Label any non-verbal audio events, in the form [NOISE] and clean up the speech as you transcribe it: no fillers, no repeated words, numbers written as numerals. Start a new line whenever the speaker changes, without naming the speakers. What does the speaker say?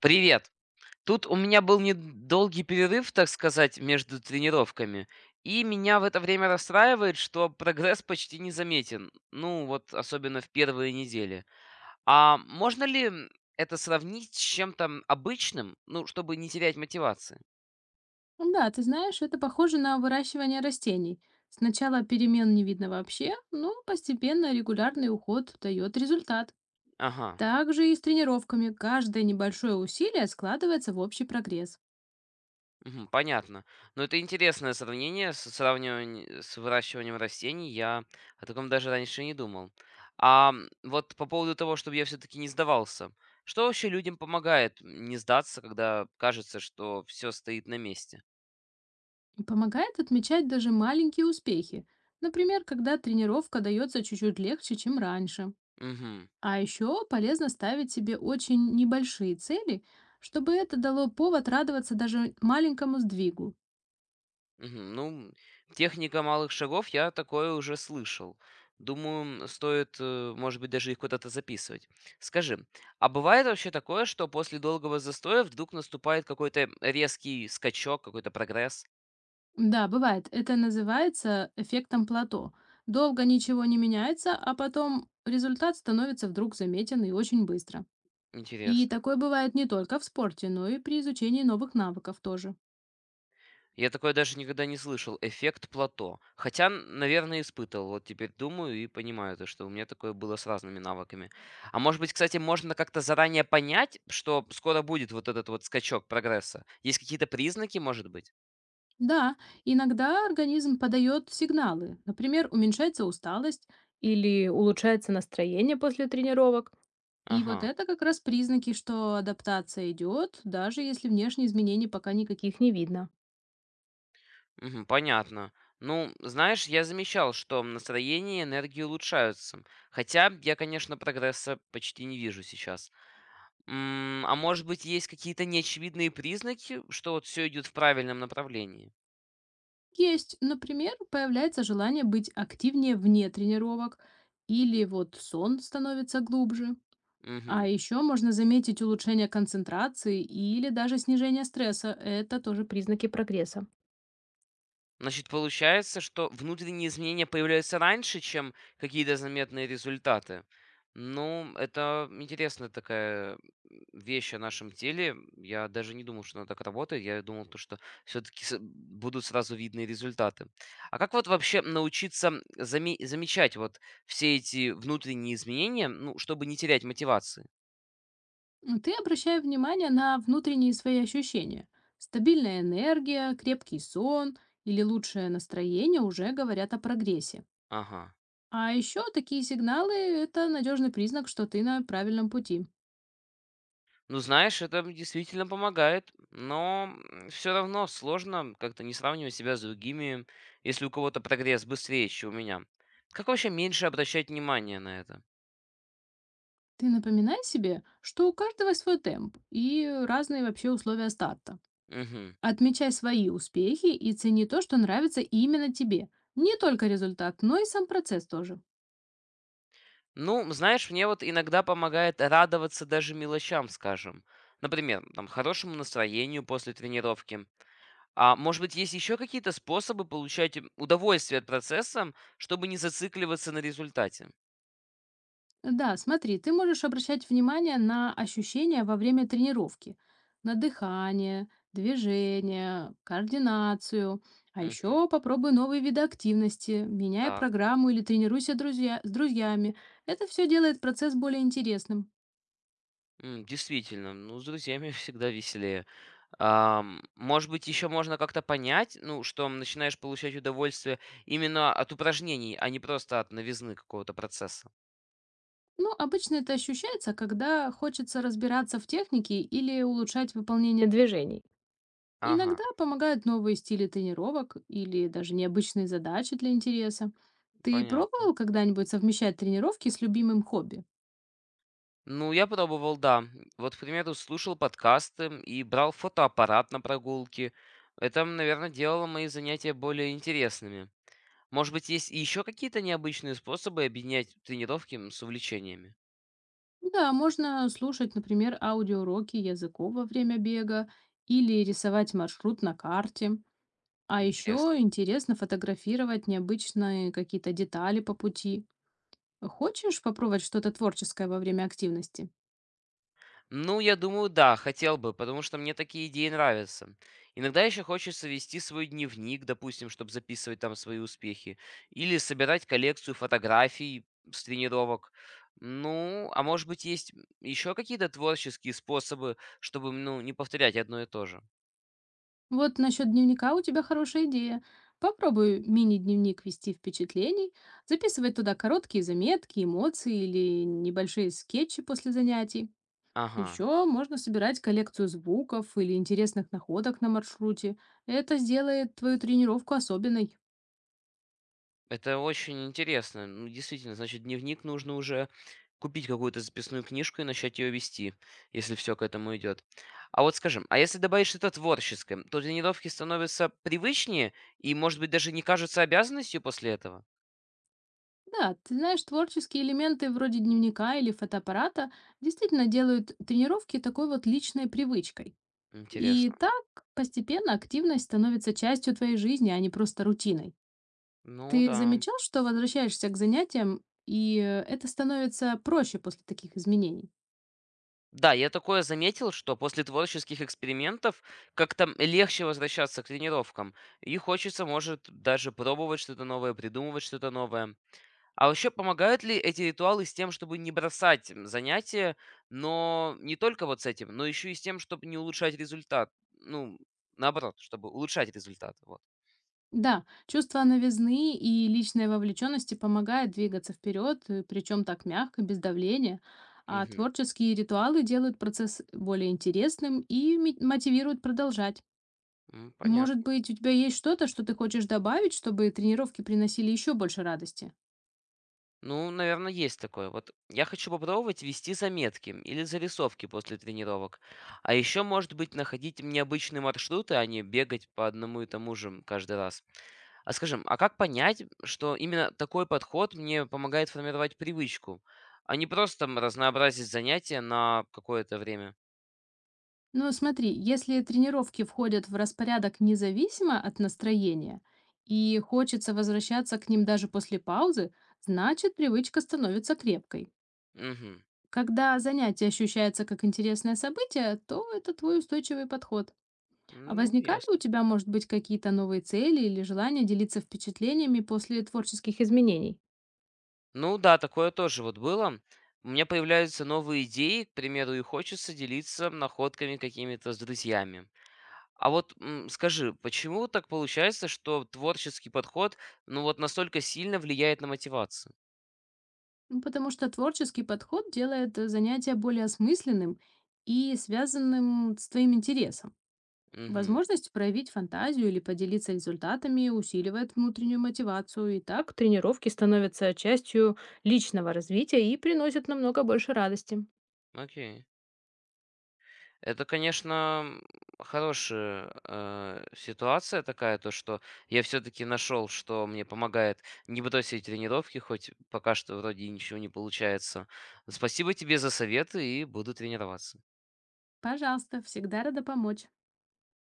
Привет. Тут у меня был недолгий перерыв, так сказать, между тренировками. И меня в это время расстраивает, что прогресс почти не заметен. Ну, вот особенно в первые недели. А можно ли это сравнить с чем-то обычным, ну, чтобы не терять мотивации?
Ну да, ты знаешь, это похоже на выращивание растений. Сначала перемен не видно вообще, но постепенно регулярный уход дает результат.
Ага.
Также и с тренировками каждое небольшое усилие складывается в общий прогресс
Мгм. Понятно. Но это интересное сравнение с сравниванием с выращиванием растений. Я о таком даже раньше не думал. Вот по поводу того, чтобы я все-таки не сдавался. Что вообще людям помогает не сдаться, когда кажется, что все стоит на месте?
и помогает отмечать даже маленькие успехи. Например, когда тренировка дается чуть-чуть легче, чем раньше.
Мгм.
А еще полезно ставить себе очень небольшие цели, чтобы это дало повод радоваться даже маленькому сдвигу.
Мгм. Ну, техника малых шагов, я такое уже слышал. Думаю, стоит, может быть, даже их куда-то записывать. Скажи, а бывает вообще такое, что после долгого застоя вдруг наступает какой-то резкий скачок, какой-то прогресс?
Да, бывает. Это называется эффектом плато. Долго ничего не меняется, а потом результат становится вдруг заметен и очень быстро. И
Интересно.
такое бывает не только в спорте, но и при изучении новых навыков тоже.
Я такое даже никогда не слышал. Эффект плато. Хотя, наверное, испытывал. Вот теперь думаю и понимаю, то, что у меня такое было с разными навыками. А может быть, кстати, можно как-то заранее понять, что скоро будет вот этот вот скачок прогресса? Есть какие-то признаки, может быть?
Да, иногда организм подает сигналы. Например, уменьшается усталость или улучшается настроение после тренировок. И вот
Ага.
это как раз признаки, что адаптация идет, даже если внешние изменений пока никаких не видно.
Мгм, понятно. Ну, знаешь, я замечал, что настроение и энергия улучшаются. Хотя я, конечно, прогресса почти не вижу сейчас. А может быть, есть какие-то неочевидные признаки, что вот все идет в правильном направлении?
Есть, например, появляется желание быть активнее вне тренировок, или вот сон становится глубже. А
Мгм.
еще можно заметить улучшение концентрации или даже снижение стресса. Это тоже признаки прогресса.
Значит, получается, что внутренние изменения появляются раньше, чем какие-то заметные результаты. Ну, это интересная такая вещь о нашем теле. Я даже не думал, что она так работает. Я думал, то, что все-таки будут сразу видны результаты. А как вот вообще научиться замечать вот все эти внутренние изменения, ну, чтобы не терять мотивации?
Ты обращай внимание на внутренние свои ощущения. Стабильная энергия, крепкий сон или лучшее настроение уже говорят о прогрессе.
Ага.
А еще такие сигналы — это надежный признак, что ты на правильном пути.
Ну, знаешь, это действительно помогает, но все равно сложно как-то не сравнивать себя с другими, если у кого-то прогресс быстрее, чем у меня. Как вообще меньше обращать внимание на это?
Ты напоминай себе, что у каждого свой темп и разные вообще условия старта.
Мгм.
Отмечай свои успехи и цени то, что нравится именно тебе. Не только результат, но и сам процесс тоже.
Ну, знаешь, мне вот иногда помогает радоваться даже мелочам, скажем. Например, там, хорошему настроению после тренировки. А может быть, есть еще какие-то способы получать удовольствие от процесса, чтобы не зацикливаться на результате?
Да, смотри, ты можешь обращать внимание на ощущения во время тренировки, на дыхание, движение, координацию. А
Мгм.
еще попробуй новые виды активности, меняй
Так.
программу или тренируйся друзья, с друзьями. Это все делает процесс более интересным.
Действительно, ну, с друзьями [LAUGHS] всегда веселее. Может быть, еще можно как-то понять, ну, что начинаешь получать удовольствие именно от упражнений, а не просто от новизны какого-то процесса.
Ну, обычно это ощущается, когда хочется разбираться в технике или улучшать выполнение движений.
Ага,
Иногда помогают новые стили тренировок или даже необычные задачи для интереса. Ты
понятно.
пробовал когда-нибудь совмещать тренировки с любимым хобби?
Ну, я пробовал, да. Вот, к примеру, слушал подкасты и брал фотоаппарат на прогулки. Это, наверное, делало мои занятия более интересными. Может быть, есть еще какие-то необычные способы объединять тренировки с увлечениями?
Да, можно слушать, например, аудиоуроки языков во время бега или рисовать маршрут на карте. А
Интересно.
еще интересно фотографировать необычные какие-то детали по пути. Хочешь попробовать что-то творческое во время активности?
Ну, я думаю, да, хотел бы, потому что мне такие идеи нравятся. Иногда еще хочется вести свой дневник, допустим, чтобы записывать там свои успехи, или собирать коллекцию фотографий с тренировок. Ну, а может быть, есть еще какие-то творческие способы, чтобы, ну, не повторять одно и то же?
Вот насчет дневника у тебя хорошая идея. Попробуй мини-дневник вести впечатлений, записывай туда короткие заметки, эмоции или небольшие скетчи после занятий.
Ага.
Еще можно собирать коллекцию звуков или интересных находок на маршруте. Это сделает твою тренировку особенной.
Это очень интересно. Ну, действительно, значит, дневник нужно уже купить какую-то записную книжку и начать ее вести, если все к этому идет. А вот скажем, а если добавить что-то творческое, то тренировки становятся привычнее и, может быть, даже не кажутся обязанностью после этого?
Да, ты знаешь, творческие элементы вроде дневника или фотоаппарата действительно делают тренировки такой вот личной привычкой. И
Интересно.
так постепенно активность становится частью твоей жизни, а не просто рутиной.
Ну
Ты
да.
замечал, что возвращаешься к занятиям, и это становится проще после таких изменений?
Да, я такое заметил, что после творческих экспериментов как-то легче возвращаться к тренировкам. И хочется, может, даже пробовать что-то новое, придумывать что-то новое. А вообще помогают ли эти ритуалы с тем, чтобы не бросать, занятия, но не только вот с этим, но еще и с тем, чтобы не улучшать результат? Ну, наоборот, чтобы улучшать результат, вот.
Да, чувство новизны и личной вовлеченности помогает двигаться вперед, причем так мягко, без давления. А
Мгм.
творческие ритуалы делают процесс более интересным и мотивируют продолжать. Может
Понятно.
быть, у тебя есть что-то, что ты хочешь добавить, чтобы тренировки приносили еще больше радости?
Ну, наверное, есть такое. Вот я хочу попробовать вести заметки или зарисовки после тренировок. А еще, может быть, находить необычные маршруты, а не бегать по одному и тому же каждый раз. А скажем, а как понять, что именно такой подход мне помогает формировать привычку, а не просто там разнообразить занятия на какое-то время?
Ну, смотри, если тренировки входят в распорядок независимо от настроения и хочется возвращаться к ним даже после паузы, значит, привычка становится крепкой.
Угу.
Когда занятие ощущается как интересное событие, то это твой устойчивый подход. А
Ну,
возникали у
ясно.
тебя, может быть, какие-то новые цели или желание делиться впечатлениями после творческих изменений?
Ну да, такое тоже вот было. У меня появляются новые идеи, к примеру, и хочется делиться находками какими-то с друзьями. А вот скажи, почему так получается, что творческий подход, ну вот настолько сильно влияет на мотивацию?
Ну, потому что творческий подход делает занятие более осмысленным и связанным с твоим интересом.
Угу.
Возможность проявить фантазию или поделиться результатами усиливает внутреннюю мотивацию, и так тренировки становятся частью личного развития и приносят намного больше радости.
Окей. Это, конечно, хорошая ситуация такая, то что я все-таки нашел, что мне помогает не бросить тренировки, хоть пока что вроде и ничего не получается. Спасибо тебе за советы и буду тренироваться.
Пожалуйста, всегда рада помочь.